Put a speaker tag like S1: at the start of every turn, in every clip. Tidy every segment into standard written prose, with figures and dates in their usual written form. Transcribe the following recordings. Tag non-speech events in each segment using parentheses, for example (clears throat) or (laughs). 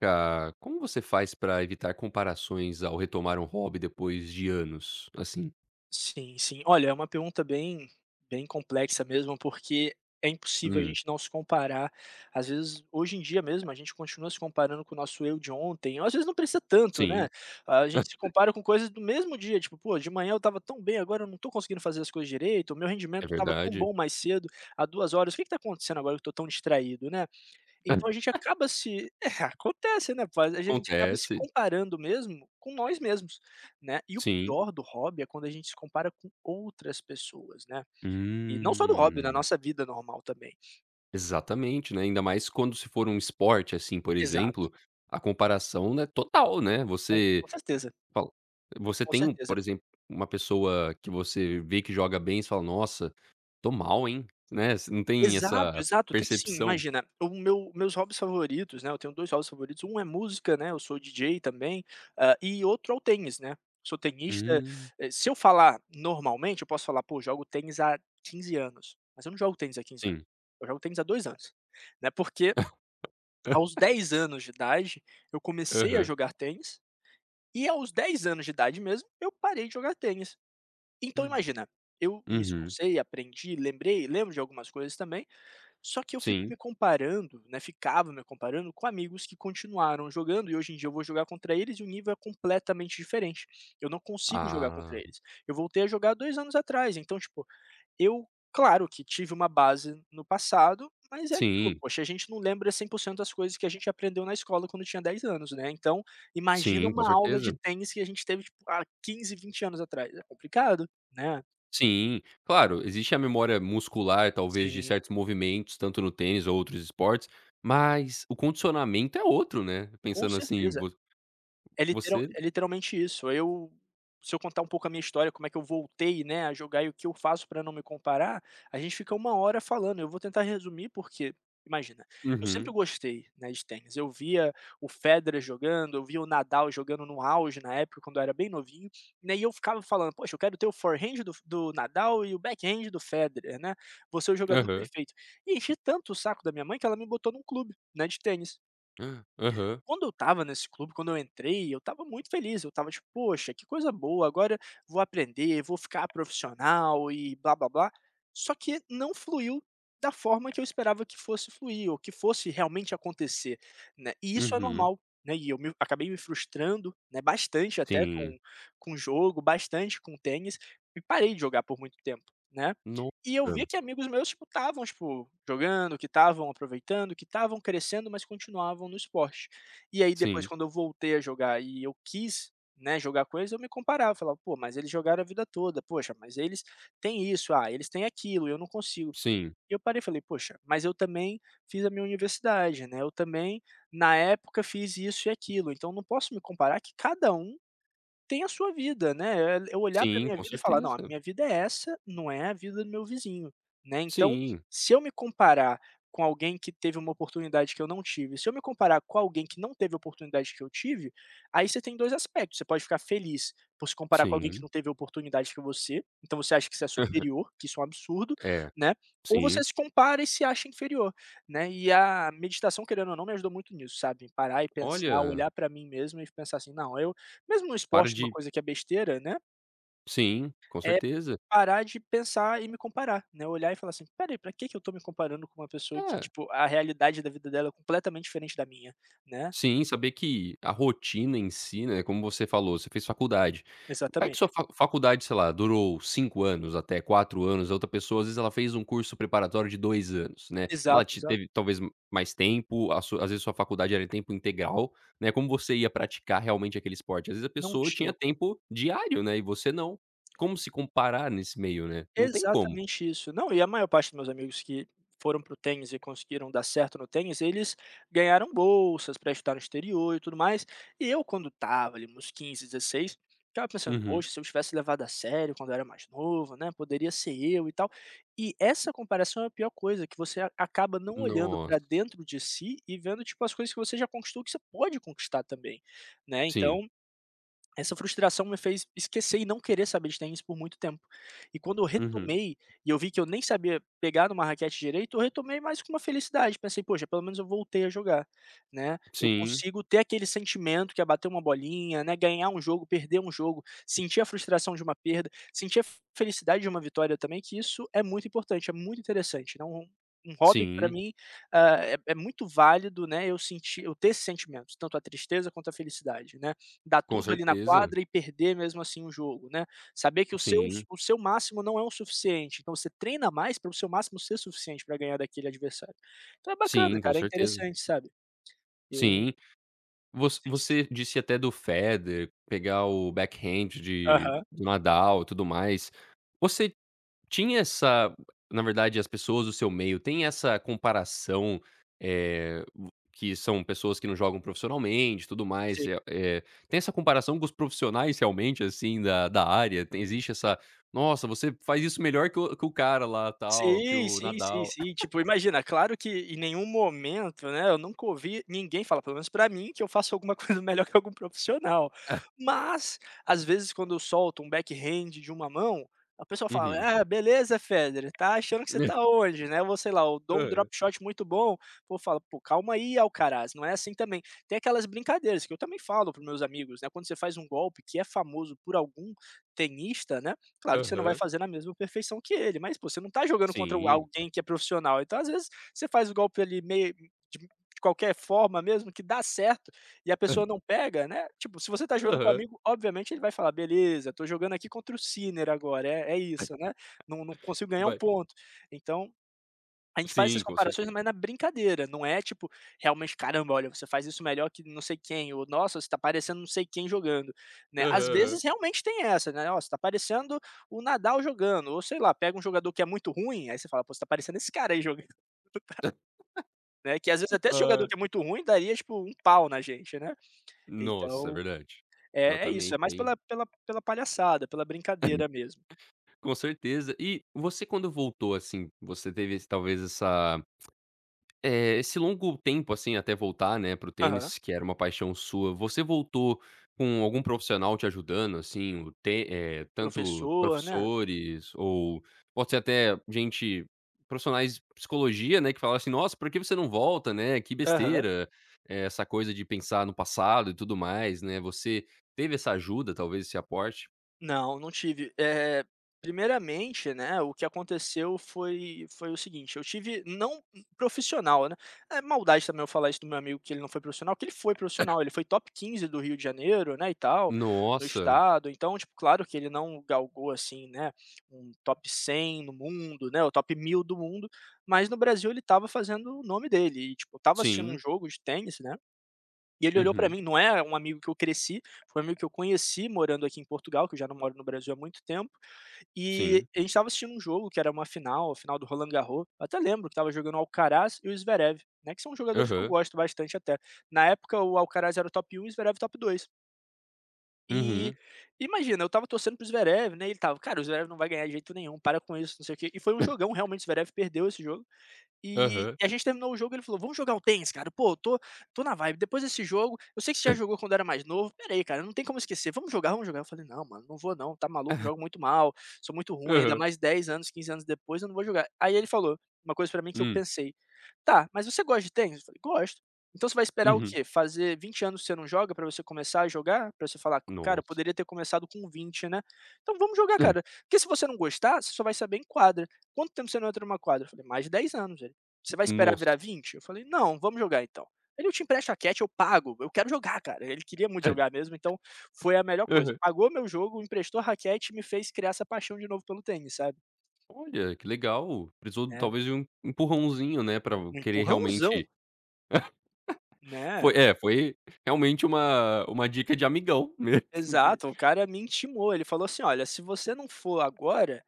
S1: Ah, como você faz pra evitar comparações ao retomar um hobby depois de anos, assim?
S2: Sim, sim. Olha, é uma pergunta bem complexa mesmo, porque é impossível a
S1: Hum,
S2: gente não se comparar. Às vezes, hoje em dia mesmo, a gente continua se comparando com o nosso eu de ontem. Às vezes não precisa tanto,
S1: sim,
S2: né? A gente se compara com coisas do mesmo dia, tipo, pô, de manhã eu estava tão bem, agora eu não tô conseguindo fazer as coisas direito, o meu
S1: é
S2: rendimento estava tão
S1: verdade.
S2: bom mais cedo, há 2 horas. O que que tá acontecendo agora que eu tô tão distraído, né? Então a
S1: (clears throat)
S2: gente
S1: (laughs)
S2: acaba se (laughs) é, acontece, né, pô, a gente acaba se
S1: Acontece,
S2: comparando mesmo com nós mesmos, né. E o
S1: sim.
S2: pior do hobby é quando a gente se compara com outras pessoas, né. E não só do hobby, na
S1: Hum,
S2: nossa vida normal também.
S1: exatamente, né, ainda mais quando se for um esporte, assim, por
S2: Exato,
S1: exemplo, a comparação é total, né,
S2: com com certeza,
S1: fala você
S2: com
S1: tem um
S2: certeza.
S1: por exemplo, uma pessoa que você vê que joga bem, e você fala: "Nossa, tô mal, hein", né, você não tem
S2: Exato,
S1: essa
S2: exato, tem sim.
S1: percepção.
S2: Imagina, o meu meus hobbies favoritos, né, eu tenho 2 hobbies favoritos, um é música, né, eu sou DJ também, e outro é o tênis, né. Sou tenista,
S1: Hum,
S2: eh, se eu falar normalmente, eu posso falar: "Pô, jogo tênis há 15 anos", mas eu não jogo tênis há 15 anos,
S1: sim.
S2: eu jogo tênis há 2 anos, né, porque aos
S1: (laughs)
S2: 10 anos de idade eu comecei a
S1: Aham.
S2: jogar tênis, e aos 10 anos de idade mesmo eu parei de jogar tênis. Então imagina, eu me
S1: Uhum.
S2: esforcei, aprendi, lembrei lembro de algumas coisas também só que eu fico
S1: Sim.
S2: me comparando, né, ficava me comparando com amigos que continuaram jogando e hoje em dia eu vou jogar contra eles e o nível é completamente diferente. Eu não consigo jogar contra
S1: Ah,
S2: eles. Eu voltei a jogar 2 anos atrás, então, tipo, eu claro que tive uma base no passado, mas é aquilo,
S1: sim,
S2: poxa, a gente não lembra 100% das coisas que a gente aprendeu na escola quando tinha 10 anos, né, então imagina
S1: sim, com
S2: uma aula de
S1: certeza.
S2: tênis que a gente teve, tipo, há 15, 20 anos atrás, é complicado, né.
S1: Sim, claro, existe a memória muscular, talvez, de
S2: Sim,
S1: certos movimentos, tanto no tênis ou outros esportes, mas o condicionamento é outro, né,
S2: com
S1: pensando assim,
S2: certeza.
S1: vo
S2: É literal
S1: você.
S2: É literalmente isso. Eu se eu contar um pouco a minha história, como é que eu voltei, né, a jogar e o que eu faço para não me comparar, a gente fica uma hora falando. Eu vou tentar resumir, porque, imagina, eu
S1: Uhum.
S2: sempre gostei, né, de tênis. Eu via o Federer jogando, eu via o Nadal jogando no auge na época, quando eu era bem novinho, né, e eu ficava falando: "Poxa, eu quero ter o forehand do Nadal e o backhand do Federer, né, vou ser o jogador
S1: Aham.
S2: perfeito". E enchi tanto o saco da minha mãe que ela me botou num clube, né, de tênis.
S1: Aham.
S2: Quando eu estava nesse clube, quando eu entrei, eu estava muito feliz, eu estava tipo: "Poxa, que coisa boa, agora vou aprender, vou ficar profissional e blá-blá-blá". Só que não fluiu da forma que eu esperava que fosse fluir ou que fosse realmente acontecer, né, e isso é
S1: Uhum.
S2: normal, né, e eu me acabei me frustrando, né, bastante até
S1: Sim.
S2: com o jogo, bastante com o tênis e parei de jogar por muito tempo, né. E eu via
S1: Nossa.
S2: que amigos meus, tipo, estavam, tipo, jogando, que estavam aproveitando, que estavam crescendo, mas continuavam no esporte. E aí depois
S1: Sim,
S2: quando eu voltei a jogar e eu quis, né, jogar com eles, eu me comparava, falava: "Pô, mas eles jogaram a vida toda, poxa, mas eles têm isso, ah, eles têm aquilo, eu não consigo".
S1: sim,
S2: E eu parei e falei: "Poxa, mas eu também fiz a minha universidade, né, eu também, na época, fiz isso e aquilo, então não posso me comparar que cada um tem a sua vida, né, eh, eu olhar pra
S1: sim,
S2: minha
S1: com
S2: vida e falar: "Não, a
S1: certeza.
S2: minha vida é essa, não é a vida do meu vizinho", né, então,
S1: Sim,
S2: se eu me comparar com alguém que teve uma oportunidade que eu não tive, se eu me comparar com alguém que não teve a oportunidade que eu tive, aí você tem 2 aspectos, você pode ficar feliz por se comparar com alguém que
S1: sim.
S2: não teve a oportunidade que você, então você acha que você é
S1: (laughs)
S2: superior, que isso é um absurdo,
S1: É,
S2: né, ou
S1: sim.
S2: você se compara e se acha inferior, né, e a meditação, querendo ou não, me ajudou muito nisso, sabe, parar e pensar,
S1: Olha,
S2: olhar para mim mesmo e pensar assim: "Não, mesmo no
S1: para
S2: esporte, uma
S1: de
S2: coisa que é besteira, né,
S1: sim, com
S2: é
S1: certeza.
S2: parar de pensar e me comparar, né, olhar e falar assim: "Espera aí, pra que que eu tô me comparando com uma pessoa que,
S1: É.
S2: tipo, a realidade da vida dela é completamente diferente da minha", né.
S1: Sim, saber que a rotina em si, né, como você falou, você fez faculdade. Vai que sua
S2: Exatamente.
S1: fa faculdade, sei lá, durou 5 anos, até 4 anos, a outra pessoa, às vezes, ela fez um curso preparatório de 2 anos, né. Ela
S2: Exato,
S1: te
S2: exato.
S1: teve talvez mais tempo, a su às vezes sua faculdade era em tempo integral, né, como você ia praticar realmente aquele esporte? Às vezes a
S2: Não
S1: pessoa tinha
S2: tinha como.
S1: tempo diário, né, e você não. Como se comparar nesse meio, né? Não tem como.
S2: Exatamente isso. Não, e a maior parte dos meus amigos que foram para o tênis e conseguiram dar certo no tênis, eles ganharam bolsas para estudar no exterior e tudo mais. E eu quando tava ali nos 15, 16, ficava pensando:
S1: Uhum.
S2: "Poxa, se eu tivesse levado a sério quando eu era mais novo, né, poderia ser eu e tal". E essa comparação é a pior coisa, que você a acaba não olhando para
S1: Nossa.
S2: dentro de si e vendo, tipo, as coisas que você já conquistou, que você pode conquistar também, né,
S1: Sim.
S2: então essa frustração me fez esquecer e não querer saber de tênis por muito tempo. E quando eu
S1: Uhum.
S2: retomei, e eu vi que eu nem sabia pegar numa raquete direito, eu retomei mais com uma felicidade, pensei: "Poxa, pelo menos eu voltei a jogar", né. Eu
S1: Sim,
S2: consigo ter aquele sentimento que é bater uma bolinha, né, ganhar um jogo, perder um jogo, sentir a frustração de uma perda, sentir a felicidade de uma vitória também, que isso é muito importante, é muito interessante, né, um hobby que pra
S1: sim,
S2: mim, ah, é muito válido, né, eu ter esses sentimentos, tanto a tristeza quanto a felicidade, né. Dar
S1: com
S2: tudo ali na
S1: certeza.
S2: quadra e perder mesmo assim o jogo, né. Saber que o seu
S1: Sim.
S2: o seu máximo não é o suficiente, então você treina mais para o seu máximo ser suficiente para ganhar daquele adversário. Então é bacana,
S1: Sim, com
S2: cara, é
S1: certeza.
S2: interessante, sabe. Eu
S1: Sim. Voc
S2: Sim, sim, sim.
S1: você disse até do Federer, pegar o backhand de
S2: Aham.
S1: do Nadal e tudo mais. Você tinha essa Na verdade, as pessoas do seu meio têm essa comparação, eh, vo que são pessoas que não jogam profissionalmente tudo mais,
S2: Sim.
S1: tem essa comparação com os profissionais realmente, assim, da área? Tem Existe essa: "Nossa, você faz isso melhor que o cara lá, tal, que
S2: Sim,
S1: o
S2: sim, sim,
S1: Nadal".
S2: sim. Tipo, imagina, claro que em nenhum momento, né, eu nunca ouvi ninguém falar, pelo menos pra mim, que eu faço alguma (laughs) coisa melhor que algum profissional.
S1: (laughs)
S2: Mas, às vezes, quando eu solto um backhand de uma mão, a pessoa fala:
S1: Uhum.
S2: "Ah, beleza, Federer, tá achando que você tá
S1: (laughs)
S2: onde, né?" Ou sei lá, eu dou um
S1: Hã.
S2: drop shot muito bom, o povo fala: "Pô, calma aí, Alcaraz, não é assim também". Tem aquelas brincadeiras que eu também falo para meus amigos, né, quando você faz um golpe que é famoso por algum tenista, né. Claro que você não vai
S1: Aham.
S2: fazer na mesma perfeição que ele, mas, pô, você não tá jogando contra o
S1: Sim.
S2: alguém que é profissional, então às vezes você faz o golpe ali meio de qualquer forma mesmo que dá certo, e a pessoa não pega, né, tipo, se você tá jogando com um
S1: Aham.
S2: amigo, obviamente ele vai falar: "Beleza, tô jogando aqui contra o Sinner agora, é isso, né, não consigo ganhar um
S1: Vai
S2: ponto". Então a gente faz
S1: Sim,
S2: essas
S1: com
S2: comparações,
S1: certeza.
S2: mas na brincadeira, não é tipo, realmente: "Caramba, olha, você faz isso melhor que não sei quem", ou "Nossa, você tá parecendo não sei quem jogando", né.
S1: Aham,
S2: Às
S1: aham.
S2: vezes realmente tem essa, né: "Ó, você tá parecendo o Nadal jogando", ou sei lá, pega um jogador que é muito ruim, aí você fala: "Pô, você tá parecendo esse cara aí jogando", (laughs)
S1: (laughs)
S2: né, que às vezes até esse jogador
S1: Ai,
S2: que é muito ruim daria, tipo, um pau na gente, né.
S1: nossa, é
S2: Então,
S1: verdade.
S2: é isso, é
S1: Exatamente,
S2: mais
S1: tem
S2: pela palhaçada, pela brincadeira
S1: (laughs)
S2: mesmo.
S1: com certeza. E você quando voltou, assim, você teve esse talvez essa Eh, esse longo tempo, assim, até voltar, né, para o
S2: Aham.
S1: tênis, que era uma paixão sua, você voltou com algum profissional te ajudando, assim, tanto
S2: Professor, né.
S1: professores ou pode ser até gente profissionais de psicologia, né, que falaram assim: "Nossa, por que você não volta, né, que
S2: Aham.
S1: besteira, essa coisa de pensar no passado e tudo mais", né. Você teve essa ajuda, talvez esse aporte?
S2: Não, não tive. Eh, primeiramente, né, o que aconteceu foi o seguinte, eu tive não profissional, né, é maldade também eu falar isso do meu amigo que ele não foi profissional, que ele foi profissional, ele foi top 15 do Rio de Janeiro, né, e tal, do
S1: Nossa,
S2: estado, então, tipo, claro que ele não galgou, assim, né, um top 100 no mundo, né, o top 1000 do mundo, mas no Brasil ele estava fazendo o nome dele e, tipo, eu estava assistindo
S1: sim,
S2: um jogo de tênis, né e ele olhou pra
S1: uhum,
S2: mim, não é um amigo que eu cresci, foi um amigo que eu conheci morando aqui em Portugal, que eu já não moro no Brasil há muito tempo, e
S1: sim,
S2: a gente estava assistindo um jogo que era uma final, a final do Roland Garros, eu até lembro que estava jogando o Alcaraz e o Zverev, né, que são jogadores que eu
S1: aham,
S2: gosto bastante até. Na época o Alcaraz era o top um e o Zverev top dois. E
S1: uhum,
S2: imagina, eu estava torcendo pro Zverev, né, e ele tava: "Cara, o Zverev não vai ganhar de jeito nenhum, para com isso, não sei o quê". E foi um jogão, realmente o Zverev perdeu esse jogo, e
S1: aham,
S2: a gente terminou o jogo, ele falou: "Vamos jogar um tênis, cara? Pô, eu tô na vibe. Depois desse jogo, eu sei que você já jogou
S1: (laughs)
S2: quando era mais novo. Pera aí, cara, não tem como esquecer. Vamos jogar, vamos jogar". Eu falei: "Não, mano, não vou não. Tá maluco, jogo muito mal, sou muito ruim, ainda
S1: aham,
S2: mais 10 anos, 15 anos depois, eu não vou jogar". Aí ele falou uma coisa pra mim que eu
S1: hum.
S2: pensei: "Tá, mas você gosta de tênis?" Eu falei: "Gosto". "Então você vai esperar o
S1: Uhum.
S2: quê? Fazer 20 anos que você não joga pra você começar a jogar? Pra você falar: 'Cara, eu
S1: Nossa.
S2: poderia ter começado com 20, né?' Então vamos jogar, cara.
S1: (laughs)
S2: Porque se você não gostar, você só vai saber em quadra. Quanto tempo você não entra numa quadra?" Eu falei: "Mais de 10 anos". É, você vai esperar virar
S1: Nossa.
S2: 20? Eu falei: "Não, vamos jogar então". Ele: "Eu te empresto a Cat, eu pago, eu quero jogar, cara". Ele queria muito jogar
S1: (laughs)
S2: mesmo, então foi a melhor coisa.
S1: Aham.
S2: Pagou meu jogo, emprestou a raquete e me fez criar essa paixão de novo pelo tênis, sabe.
S1: Olha, que legal. Precisou
S2: É,
S1: talvez de um empurrãozinho, né, pra
S2: um
S1: querer
S2: empurrãozão,
S1: realmente.
S2: né.
S1: Foi realmente uma dica de amigão (laughs) mesmo que
S2: Exato, o cara me intimou, ele falou assim: "Olha, se você não for agora,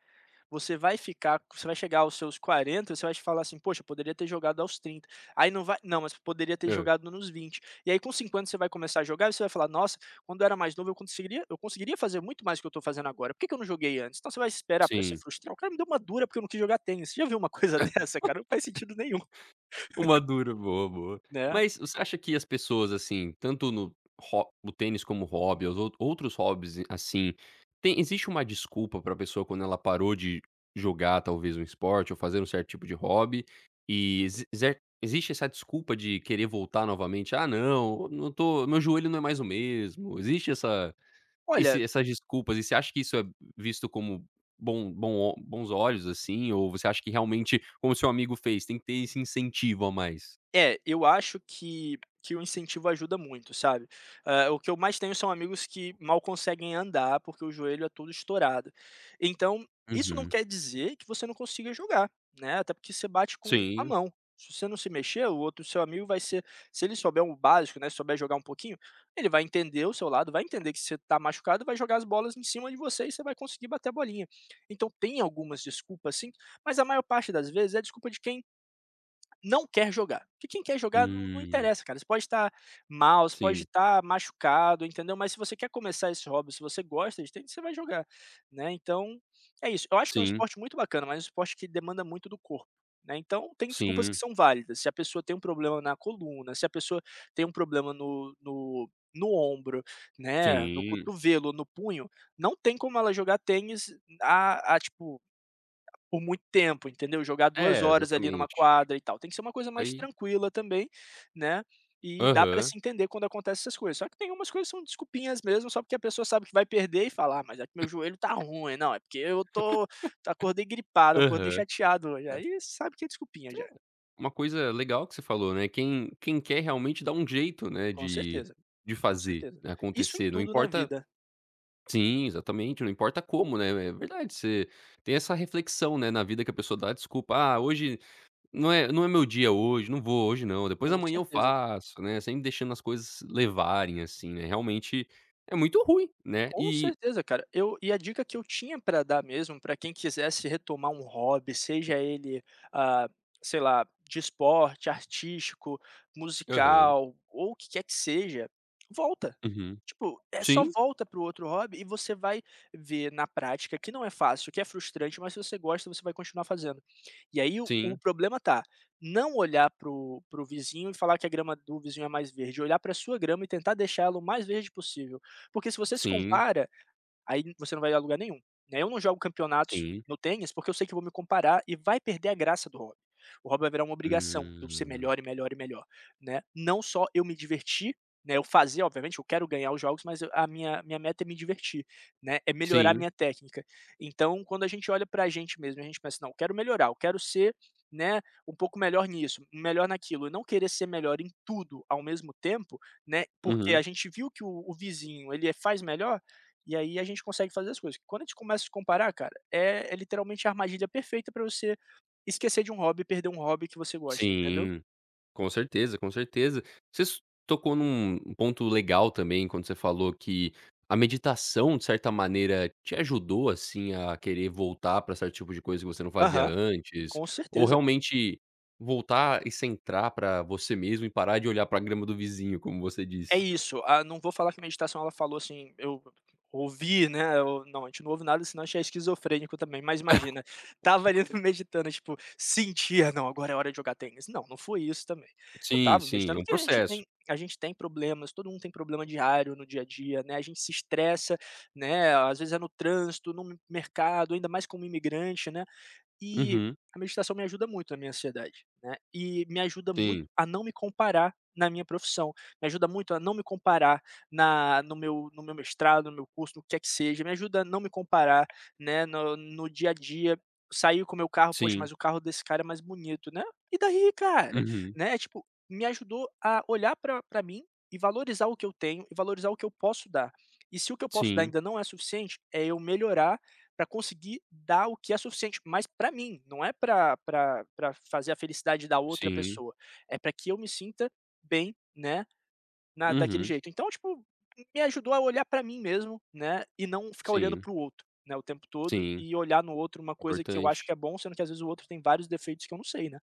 S2: Você vai chegar aos seus 40, você vai falar assim: 'Poxa, eu poderia ter jogado aos 30'. Aí não vai. 'Não, mas poderia ter
S1: hã,
S2: jogado nos 20'. E aí com 50 você vai começar a jogar e você vai falar: 'Nossa, quando eu era mais novo eu conseguiria fazer muito mais do que eu tô fazendo agora, por que que eu não joguei antes?'. Então você vai esperar pra se
S1: sim.
S2: frustrar? 'O cara me deu uma dura porque eu não quis jogar tênis'. Já viu uma coisa (laughs) dessa, cara? Não faz sentido nenhum,
S1: O Maduro, boa, boa.
S2: né".
S1: Mas você acha que as pessoas, assim, tanto no ho o tênis como hobby, os ou outros hobbies, assim, tem existe uma desculpa pra pessoa quando ela parou de jogar talvez um esporte ou fazer um certo tipo de hobby, e existe essa desculpa de querer voltar novamente: "Ah não, não tô meu joelho não é mais o mesmo", existe
S2: Olha,
S1: essas desculpas, e você acha que isso é visto como bom bom o bons olhos, assim, ou você acha que realmente, como seu amigo fez, tem que ter esse incentivo a mais?
S2: é, eu acho que o incentivo ajuda muito, sabe. O que eu mais tenho são amigos que mal conseguem andar, porque o joelho é todo estourado. Então, isso não
S1: Uhum.
S2: quer dizer que você não consiga jogar, né, até porque você bate com a
S1: Sim.
S2: mão. Se você não se mexer, o outro seu amigo vai ser, se ele souber o básico, né, souber jogar um pouquinho, ele vai entender o seu lado, vai entender que você tá machucado, vai jogar as bolas em cima de você e você vai conseguir bater a bolinha. Então tem algumas desculpas, sim, mas a maior parte das vezes é desculpa de quem não quer jogar. Porque quem quer jogar não, não
S1: Hum.
S2: interessa, cara. Você pode estar mal, você pode
S1: Sim.
S2: estar machucado, entendeu? Mas se você quer começar esse hobby, se você gosta de tênis, você vai jogar, né? Então, é isso. Eu acho que é um
S1: Sim.
S2: esporte muito bacana, mas é um esporte que demanda muito do corpo. Né? Então, tem desculpas que
S1: Sim.
S2: são válidas. Se a pessoa tem um problema na coluna, se a pessoa tem um problema no ombro, né, no
S1: Sim.
S2: cotovelo, no punho, não tem como ela jogar tênis tipo, por muito tempo, entendeu? Jogar duas
S1: É,
S2: horas ali numa
S1: exatamente.
S2: quadra e tal. Tem que ser uma coisa mais
S1: Aí
S2: tranquila também, né, e dá pra
S1: Aham.
S2: se entender quando acontece essas coisas. Só que tem umas coisas que são desculpinhas mesmo, só porque a pessoa sabe que vai perder e fala: "Ah, mas é que meu joelho tá ruim. Não, é porque eu tô, acordei gripado, acordei
S1: Aham.
S2: chateado hoje". Aí sabe que é desculpinha já.
S1: Sim, uma coisa legal que você falou, né, quem quer realmente dá um jeito, né,
S2: Com
S1: de
S2: certeza, com
S1: fazer
S2: certeza.
S1: né,
S2: Isso em
S1: acontecer, não
S2: tudo na
S1: importa.
S2: vida,
S1: Sim, exatamente, não importa como, né, é verdade, você tem essa reflexão, né, na vida que a pessoa dá desculpa: "Ah, hoje não é meu dia hoje, não vou hoje não, depois
S2: com
S1: amanhã eu
S2: certeza.
S1: faço", né, sempre deixando as coisas levarem, assim, né, realmente é muito ruim, né,
S2: Com
S1: e
S2: certeza, cara. Eu e A dica que eu tinha para dar mesmo, para quem quisesse retomar um hobby, seja ele, ah, sei lá, de esporte, artístico,
S1: Aham.
S2: musical ou o que quer que seja, volta.
S1: Uhum.
S2: Tipo, é só
S1: Sim,
S2: volta pro outro hobby e você vai ver na prática que não é fácil, que é frustrante, mas se você gosta, você vai continuar fazendo. E aí o
S1: sim,
S2: problema tá, não olhar pro vizinho e falar que a grama do vizinho é mais verde, olhar para a sua grama e tentar deixá-la o mais verde possível. Porque se você se
S1: sim,
S2: compara, aí você não vai a lugar nenhum, né. Eu não jogo campeonatos
S1: sim.
S2: no tênis, porque eu sei que eu vou me comparar e vai perder a graça do hobby. O hobby vai virar uma obrigação de eu ser
S1: Hum.
S2: melhor e melhor e melhor, né. Não só eu me divertir, né, eu fazer, obviamente eu quero ganhar os jogos, mas eu, a minha meta é me divertir, né, é melhorar a
S1: Sim.
S2: minha técnica. Então, quando a gente olha pra gente mesmo, a gente pensa: "Não, eu quero melhorar, eu quero ser, né, um pouco melhor nisso, melhor naquilo", e não querer ser melhor em tudo ao mesmo tempo, né, porque a
S1: Uhum.
S2: gente viu que o vizinho ele é, faz melhor, e aí a gente consegue fazer as coisas. Quando a gente começa a se comparar, cara, é literalmente a armadilha perfeita pra você esquecer de um hobby, perder um hobby que você gosta, entendeu?
S1: Sim. Com certeza, com certeza. Você s Tocou num ponto legal também quando você falou que a meditação, de certa maneira, te ajudou, assim, a querer voltar para certo tipo de coisa que você não fazia
S2: Aham,
S1: antes,
S2: com
S1: ou
S2: certeza.
S1: realmente voltar e centrar para você mesmo e parar de olhar para a grama do vizinho, como você
S2: É
S1: disse.
S2: isso, ah, não vou falar que meditação, ela falou assim, eu ouvi, né, eu não, a gente não ouve nada, senão a gente é esquizofrênico também, mas imagina, tava ali (laughs) meditando, tipo, sentia: "Não, agora é hora de jogar tênis". Não, não foi isso também. Eu
S1: Sim,
S2: tava
S1: sim, é
S2: meditando
S1: um
S2: porque a gente
S1: processo.
S2: tem a gente tem problemas, todo mundo tem problema diário no dia a dia, né, a gente se estressa, né, às vezes é no trânsito, no mercado, ainda mais como imigrante, né, e
S1: Uhum.
S2: a meditação me ajuda muito na minha ansiedade, né, e me ajuda muito
S1: Sim,
S2: a não me comparar na minha profissão, me ajuda muito a não me comparar na no meu mestrado, no meu curso, no que é que seja, me ajuda a não me comparar, né, no dia a dia, sair com o meu carro, "Poxa,
S1: sim.
S2: mas o carro desse cara é mais bonito", né, e daí, cara?
S1: Uhum.
S2: Né, tipo, me ajudou a olhar pra mim e valorizar o que eu tenho e valorizar o que eu posso dar. E se o que eu posso dar
S1: Sim,
S2: ainda não é suficiente, é eu melhorar para conseguir dar o que é suficiente, mas para mim, não é para fazer a felicidade da outra
S1: sim.
S2: pessoa, é para que eu me sinta bem, né, na daquele
S1: Uhum.
S2: jeito. Então, tipo, me ajudou a olhar para mim mesmo, né, e não ficar olhando
S1: Sim,
S2: para o outro, né, o tempo todo,
S1: sim.
S2: e olhar no outro uma coisa que eu acho que
S1: Importante.
S2: é bom, sendo que às vezes o outro tem vários defeitos que eu não sei, né.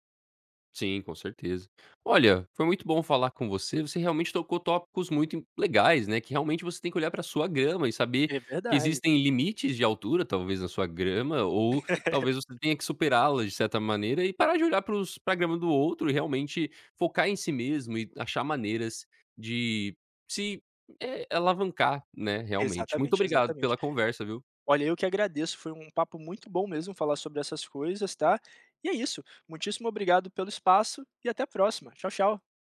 S1: Sim, com certeza. Olha, foi muito bom falar com você. Você realmente tocou tópicos muito legais, né? Que realmente você tem que olhar para sua grama e saber
S2: É
S1: que
S2: verdade.
S1: existem limites de altura, talvez na sua grama, ou talvez
S2: (laughs)
S1: você tenha que superá-la de certa maneira e parar de olhar para a grama do outro e realmente focar em si mesmo e achar maneiras de se é, alavancar, né? Realmente. Muito
S2: Exatamente,
S1: obrigado
S2: exatamente.
S1: pela conversa, viu?
S2: Olha, eu que agradeço, foi um papo muito bom mesmo falar sobre essas coisas, tá. E é isso, muitíssimo obrigado pelo espaço e até a próxima. Tchau, tchau.